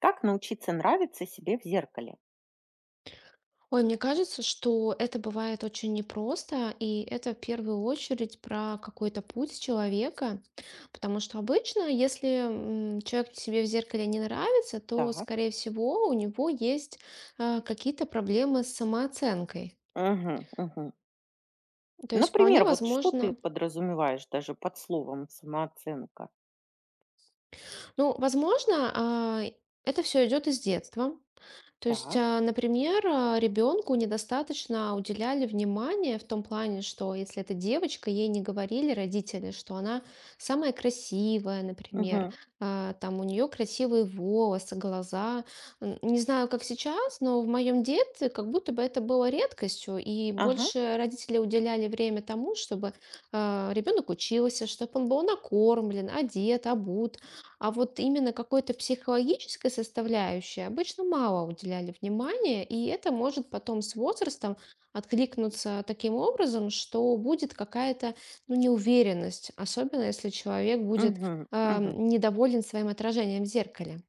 Как научиться нравиться себе в зеркале? Ой, мне кажется, что это бывает очень непросто, и это в первую очередь про какой-то путь человека, потому что обычно, если человек себе в зеркале не нравится, то, Так. скорее всего, у него есть какие-то проблемы с самооценкой. Мгм, мгм. То есть вполне Например, вот что ты возможно, подразумеваешь даже под словом самооценка? ну, возможно, а, это все идет из детства. То есть, Так. Например, ребенку недостаточно уделяли внимания в том плане, что если это девочка, ей не говорили родители, что она самая красивая, например, Мгм. Там у нее красивые волосы, глаза. Не знаю, как сейчас, но в моем детстве как будто бы это было редкостью, и Ага. больше родители уделяли время тому, чтобы ребенок учился, чтобы он был накормлен, одет, обут. А вот именно какой-то психологической составляющей обычно мало уделяли внимания, и это может потом с возрастом откликнуться таким образом, что будет какая-то, ну, неуверенность, особенно если человек будет Мгм, мгм. недоволен своим отражением в зеркале.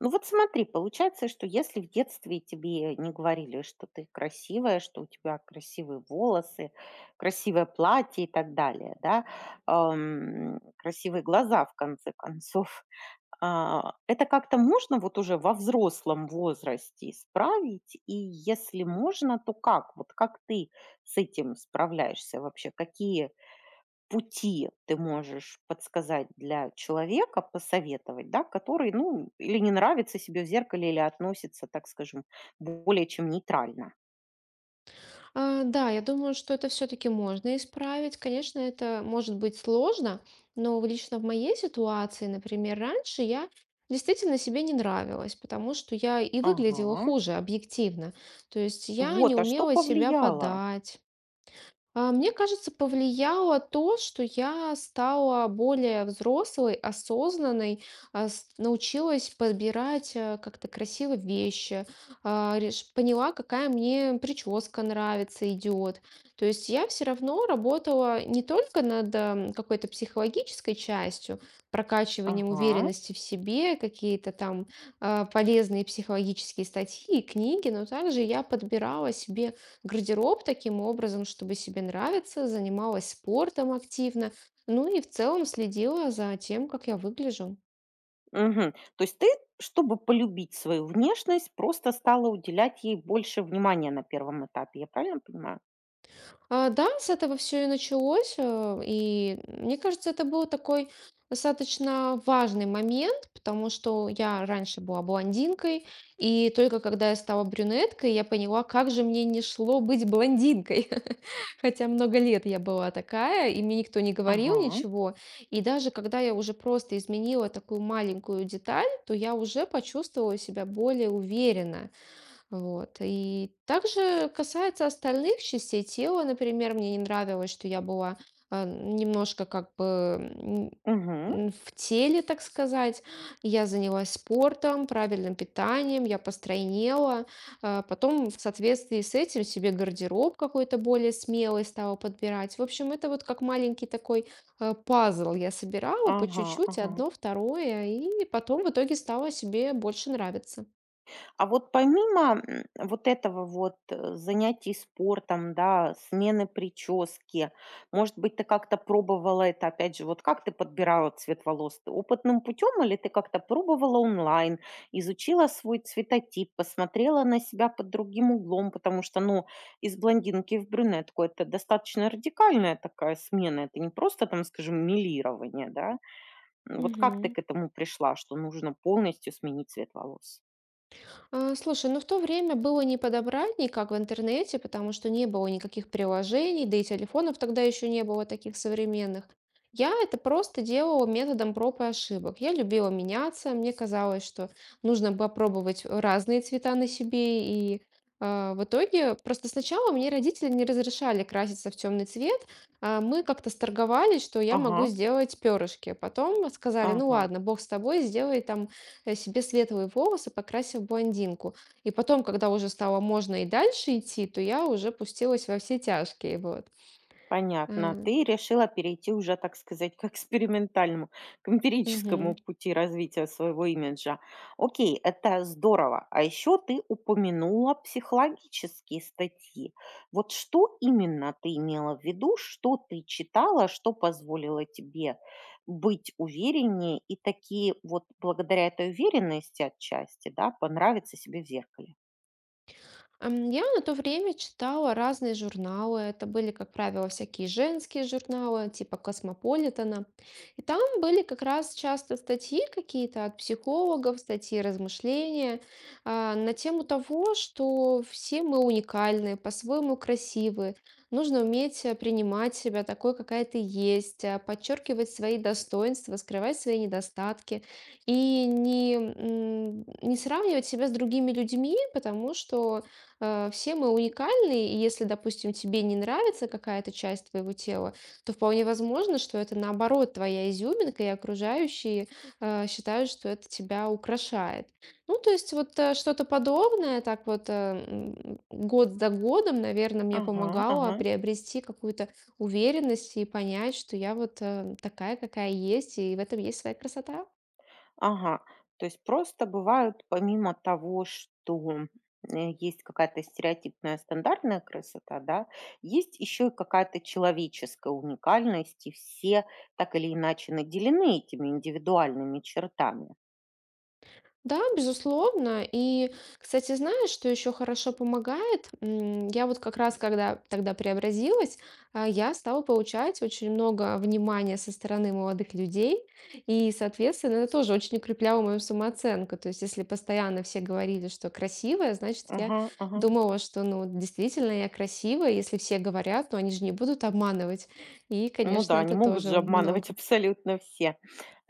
Ну вот смотри, получается, что если в детстве тебе не говорили, что ты красивая, что у тебя красивые волосы, красивое платье и так далее, да, красивые глаза в конце концов, А, это как-то можно вот уже во взрослом возрасте исправить? И если можно, то как? Вот как ты с этим справляешься вообще? Какие пути ты можешь подсказать для человека, посоветовать, да, который, ну, или не нравится себе в зеркале, или относится, так скажем, более чем нейтрально? Да, я думаю, что это все-таки можно исправить. Конечно, это может быть сложно, но лично в моей ситуации, например, раньше я действительно себе не нравилась, потому что я и выглядела Ага. хуже объективно. То есть я не Вот, а что умела себя повлияло? подать, мне кажется, повлияло то, что я стала более взрослой, осознанной, научилась подбирать как-то красиво вещи, поняла, какая мне прическа нравится, идет. То есть я все равно работала не только над какой-то психологической частью, прокачиванием Ага. уверенности в себе, какие-то там полезные психологические статьи и книги, но также я подбирала себе гардероб таким образом, чтобы себе нравиться, занималась спортом активно, ну и в целом следила за тем, как я выгляжу. Мгм. То есть ты, чтобы полюбить свою внешность, просто стала уделять ей больше внимания на первом этапе. Я правильно понимаю? Да, с этого все и началось. Э, И мне кажется, это был такой достаточно важный момент, потому что я раньше была блондинкой, и только когда я стала брюнеткой, я поняла, как же мне не шло быть блондинкой. Хотя много лет я была такая, и мне никто не говорил Ага. ничего. И даже когда я уже просто изменила такую маленькую деталь, то я уже почувствовала себя более уверенно. Вот. И также касается остальных частей тела, например, мне не нравилось, что я была немножко как бы м, Угу. В теле, так сказать. Я занялась спортом, правильным питанием, я постройнела. Потом в соответствии с этим себе гардероб какой-то более смелый стала подбирать. В общем, это вот как маленький такой пазл я собирала по Ага, чуть-чуть, ага. одно, второе, и потом в итоге стало себе больше нравиться. А вот помимо, вот этого вот, занятий спортом, да, смены прически, может быть, ты как-то пробовала это, опять же, вот как ты подбирала цвет волос? Ты опытным путем или ты как-то пробовала онлайн, изучила свой цветотип, посмотрела на себя под другим углом? Потому что, ну, из блондинки в брюнетку — это достаточно радикальная такая смена, это не просто там, скажем, мелирование, да? Вот как ты Мгм. к этому пришла, что нужно полностью сменить цвет волос? Слушай, ну в то время было не подобрать никак в интернете, потому что не было никаких приложений, да и телефонов тогда еще не было таких современных. Я это просто делала методом проб и ошибок. Я любила меняться, мне казалось, что нужно попробовать разные цвета на себе, и в итоге просто сначала мне родители не разрешали краситься в темный цвет, мы как-то сторговались, что я могу Ага. сделать перышки. Потом сказали, ну Ага, ладно, бог с тобой, сделай там себе светлые волосы, покрасив блондинку. И потом, когда уже стало можно и дальше идти, то я уже пустилась во все тяжкие, вот. А, понятно. Ты решила перейти уже, так сказать, к экспериментальному, к эмпирическому Мгм. пути развития своего имиджа. Окей, это здорово. А еще ты упомянула психологические статьи. Вот что именно ты имела в виду, что ты читала, что позволило тебе быть увереннее и такие вот благодаря этой уверенности отчасти, да, понравится себе в зеркале? Я на то время читала разные журналы. Это были, как правило, всякие женские журналы, типа Космополитена. И там были как раз часто статьи какие-то от психологов, статьи размышления на тему того, что все мы уникальны, по-своему красивы. Нужно уметь принимать себя такой, какая ты есть, подчеркивать свои достоинства, скрывать свои недостатки и не, не сравнивать себя с другими людьми, потому что все мы уникальны, и если, допустим, тебе не нравится какая-то часть твоего тела, то вполне возможно, что это наоборот твоя изюминка, и окружающие считают, что это тебя украшает. Ну, то есть вот что-то подобное, так вот год за годом, наверное, мне Ага, помогало ага. приобрести какую-то уверенность и понять, что я вот такая, какая есть, и в этом есть своя красота. Ага. То есть просто бывают, помимо того, что есть какая-то стереотипная стандартная красота, да, есть еще и какая-то человеческая уникальность, и все так или иначе наделены этими индивидуальными чертами. Да, безусловно. И, кстати, знаешь, что еще хорошо помогает? Я вот как раз, когда тогда преобразилась, я стала получать очень много внимания со стороны молодых людей, и, соответственно, это тоже очень укрепляло мою самооценку. То есть, если постоянно все говорили, что красивая, значит, я Ага, ага. думала, что, ну, действительно, я красивая. Если все говорят, то они же не будут обманывать. И, Ну конечно, да, не это могут тоже же много. обманывать абсолютно все.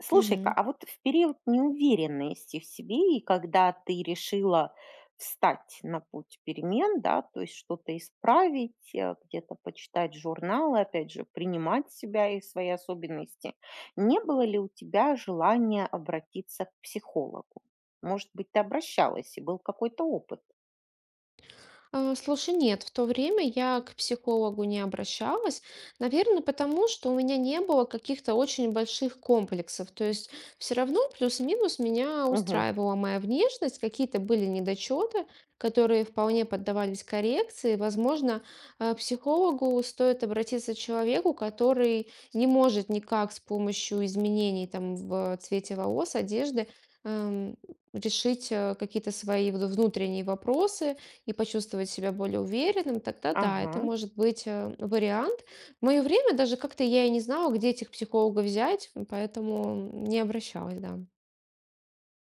Слушай-ка, а вот в период неуверенности в себе и когда ты решила встать на путь перемен, да, то есть что-то исправить, где-то почитать журналы, опять же, принимать себя и свои особенности, не было ли у тебя желания обратиться к психологу? Может быть, ты обращалась и был какой-то опыт? Слушай, нет, в то время я к психологу не обращалась, наверное, потому что у меня не было каких-то очень больших комплексов. То есть все равно плюс-минус меня Мгм. устраивала моя внешность, какие-то были недочеты, которые вполне поддавались коррекции. Возможно, психологу стоит обратиться к человеку, который не может никак с помощью изменений там, в цвете волос, одежды эм, решить какие-то свои внутренние вопросы, и почувствовать себя более уверенным, тогда да, это Ага. может быть вариант. В мое время даже как-то я и не знала, где этих психологов взять, поэтому не обращалась, да.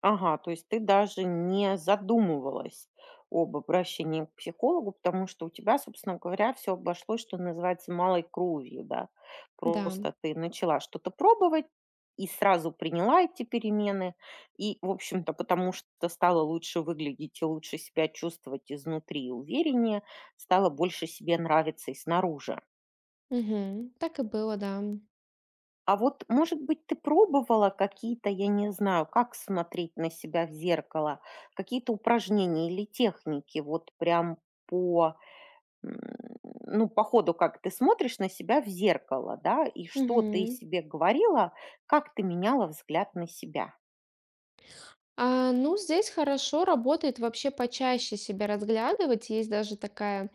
Ага, то есть ты даже не задумывалась об обращении к психологу, потому что у тебя, собственно говоря, все обошлось, что называется, малой кровью, да. Да. Просто ты начала что-то пробовать и сразу приняла эти перемены. И, в общем-то, потому что стала лучше выглядеть и лучше себя чувствовать изнутри и увереннее, стало больше себе нравиться и снаружи. Мгм. Так и было, да. А вот, может быть, ты пробовала какие-то, я не знаю, как смотреть на себя в зеркало, какие-то упражнения или техники, вот прям по, м, ну, по ходу, как ты смотришь на себя в зеркало, да, и что ты Мгм. себе говорила, как ты меняла взгляд на себя. Ну, здесь хорошо работает вообще почаще себя разглядывать. Есть даже такая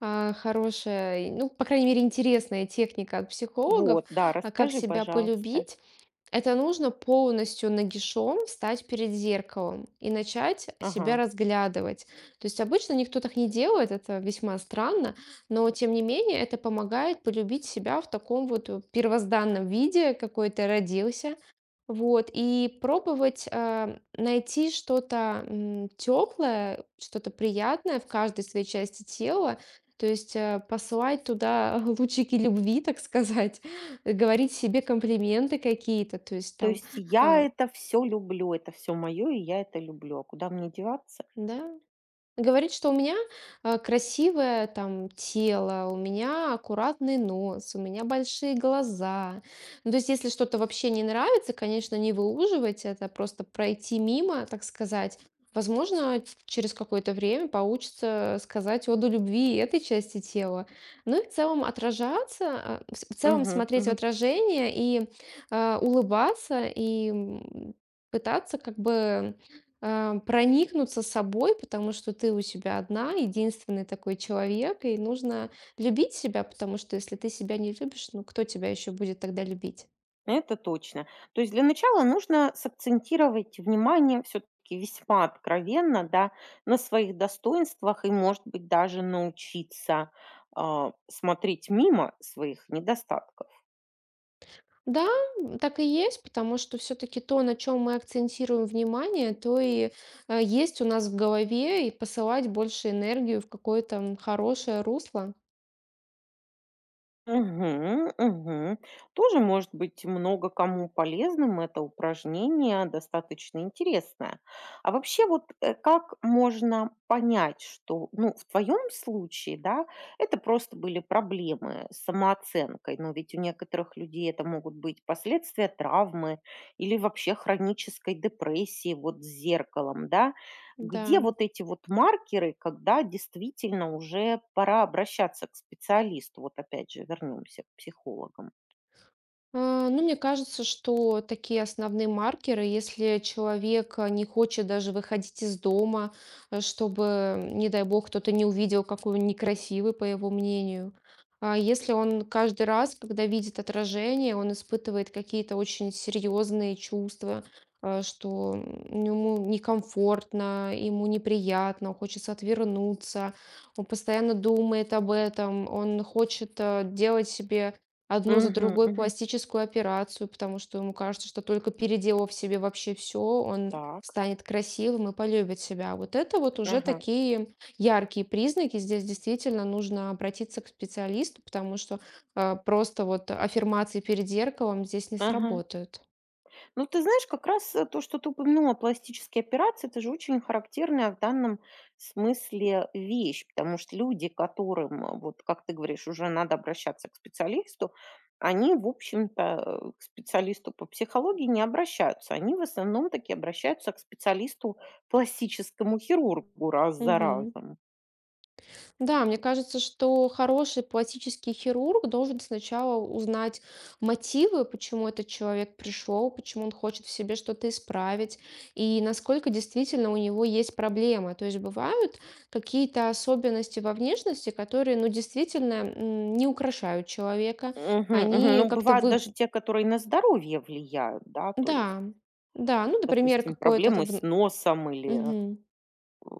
хорошая, и, ну, по крайней мере, интересная техника от психологов, Вот, да, как расскажи, себя пожалуйста. полюбить. Это нужно полностью нагишом встать перед зеркалом и начать себя Ага. разглядывать. То есть обычно никто так не делает, это весьма странно, но тем не менее это помогает полюбить себя в таком вот первозданном виде, какой ты родился, вот, и пробовать, найти что-то, теплое, что-то приятное в каждой своей части тела. То есть, посылать туда лучики любви, так сказать, говорить себе комплименты какие-то, то есть То там, есть я а, это все люблю, это все мое, и я это люблю. А куда мне деваться? да. Говорит, что у меня, красивое там тело, у меня аккуратный нос, у меня большие глаза. Ну, то есть, если что-то вообще не нравится, конечно, не выуживать это, просто пройти мимо, так сказать. Возможно, через какое-то время получится сказать оду любви и этой части тела. Ну и в целом отражаться, в целом Мгм, смотреть в мгм. отражение и, улыбаться, и, пытаться как бы проникнуться собой, потому что ты у себя одна, единственный такой человек, и нужно любить себя, потому что если ты себя не любишь, ну кто тебя еще будет тогда любить? Это точно. То есть для начала нужно сакцентировать внимание все-таки весьма откровенно, да, на своих достоинствах и, может быть, даже научиться смотреть мимо своих недостатков. Да, так и есть, потому что все-таки то, на чем мы акцентируем внимание, то и есть у нас в голове, и посылать больше энергию в какое-то хорошее русло. Мгм, мгм. Тоже может быть много кому полезным это упражнение, достаточно интересное. А вообще вот как можно понять, что, ну, в твоем случае, да, это просто были проблемы с самооценкой, но ведь у некоторых людей это могут быть последствия травмы или вообще хронической депрессии вот с зеркалом, да? Где Да. вот эти вот маркеры, когда действительно уже пора обращаться к специалисту? Вот опять же вернемся к психологам. Ну, мне кажется, что такие основные маркеры, если человек не хочет даже выходить из дома, чтобы, не дай бог, кто-то не увидел, какой он некрасивый, по его мнению. А если он каждый раз, когда видит отражение, он испытывает какие-то очень серьезные чувства, что ему некомфортно, ему неприятно, хочется отвернуться, он постоянно думает об этом, он хочет делать себе одну за Мгм, другой мгм. пластическую операцию, потому что ему кажется, что только переделав себе вообще все, он Так. станет красивым и полюбит себя. Вот это вот уже Ага. такие яркие признаки. Здесь действительно нужно обратиться к специалисту, потому что просто вот аффирмации перед зеркалом здесь не Ага. сработают. Ну, ты знаешь, как раз, то, что ты упомянула, пластические операции — это же очень характерная в данном смысле вещь, потому что люди, которым, вот как ты говоришь, уже надо обращаться к специалисту, они, в общем-то, к специалисту по психологии не обращаются. Они в основном таки обращаются к специалисту, пластическому хирургу раз за Мгм. разом. Да, мне кажется, что хороший пластический хирург должен сначала узнать мотивы, почему этот человек пришел, почему он хочет в себе что-то исправить, и насколько действительно у него есть проблемы. То есть бывают какие-то особенности во внешности, которые, ну, действительно не украшают человека. Мгм, мгм. Они Ну, как-то бывают вы... даже те, которые на здоровье влияют, да, то есть, Да, да, ну, например, допустим, какое-то там... проблемы с вн- носом или Мгм.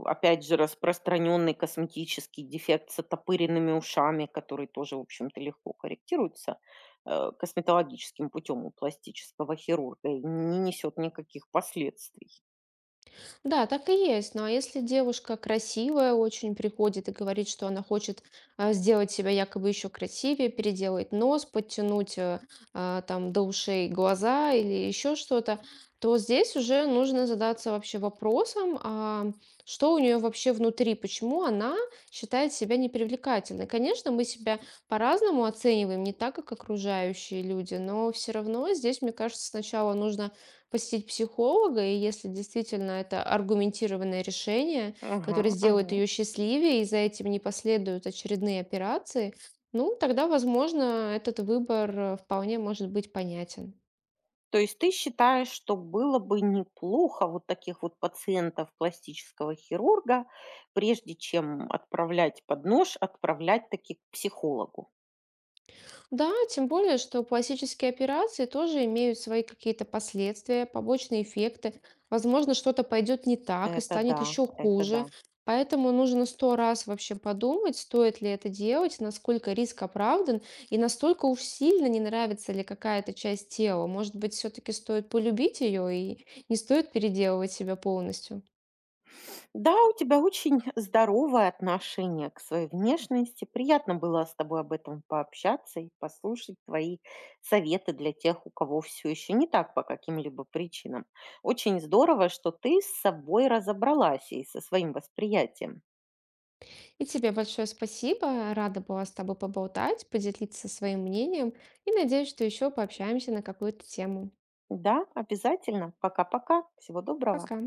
опять же, распространенный косметический дефект с оттопыренными ушами, который тоже, в общем-то, легко корректируется, косметологическим путем у пластического хирурга и не несет никаких последствий. Да, так и есть. Но если девушка красивая, очень приходит и говорит, что она хочет сделать себя якобы еще красивее, переделать нос, подтянуть там до ушей глаза или еще что-то, то здесь уже нужно задаться вообще вопросом, что у нее вообще внутри, почему она считает себя непривлекательной. Конечно, мы себя по-разному оцениваем, не так, как окружающие люди, но все равно здесь, мне кажется, сначала нужно посетить психолога, и если действительно это аргументированное решение, Мгм, которое сделает мгм. ее счастливее, и за этим не последуют очередные операции, ну, тогда, возможно, этот выбор вполне может быть понятен. То есть ты считаешь, что было бы неплохо вот таких вот пациентов пластического хирурга, прежде чем отправлять под нож, отправлять таки к психологу? Да, тем более, что пластические операции тоже имеют свои какие-то последствия, побочные эффекты. Возможно, что-то пойдет не так и Это станет да, еще это хуже. да. Поэтому нужно сто раз вообще подумать, стоит ли это делать, насколько риск оправдан, и настолько уж сильно не нравится ли какая-то часть тела. Может быть, все-таки стоит полюбить ее и не стоит переделывать себя полностью. Да, у тебя очень здоровое отношение к своей внешности. Приятно было с тобой об этом пообщаться и послушать твои советы для тех, у кого все еще не так по каким-либо причинам. Очень здорово, что ты с собой разобралась и со своим восприятием. И тебе большое спасибо. Рада была с тобой поболтать, поделиться своим мнением. И надеюсь, что еще пообщаемся на какую-то тему. Да, обязательно. Пока-пока. Всего доброго. Пока.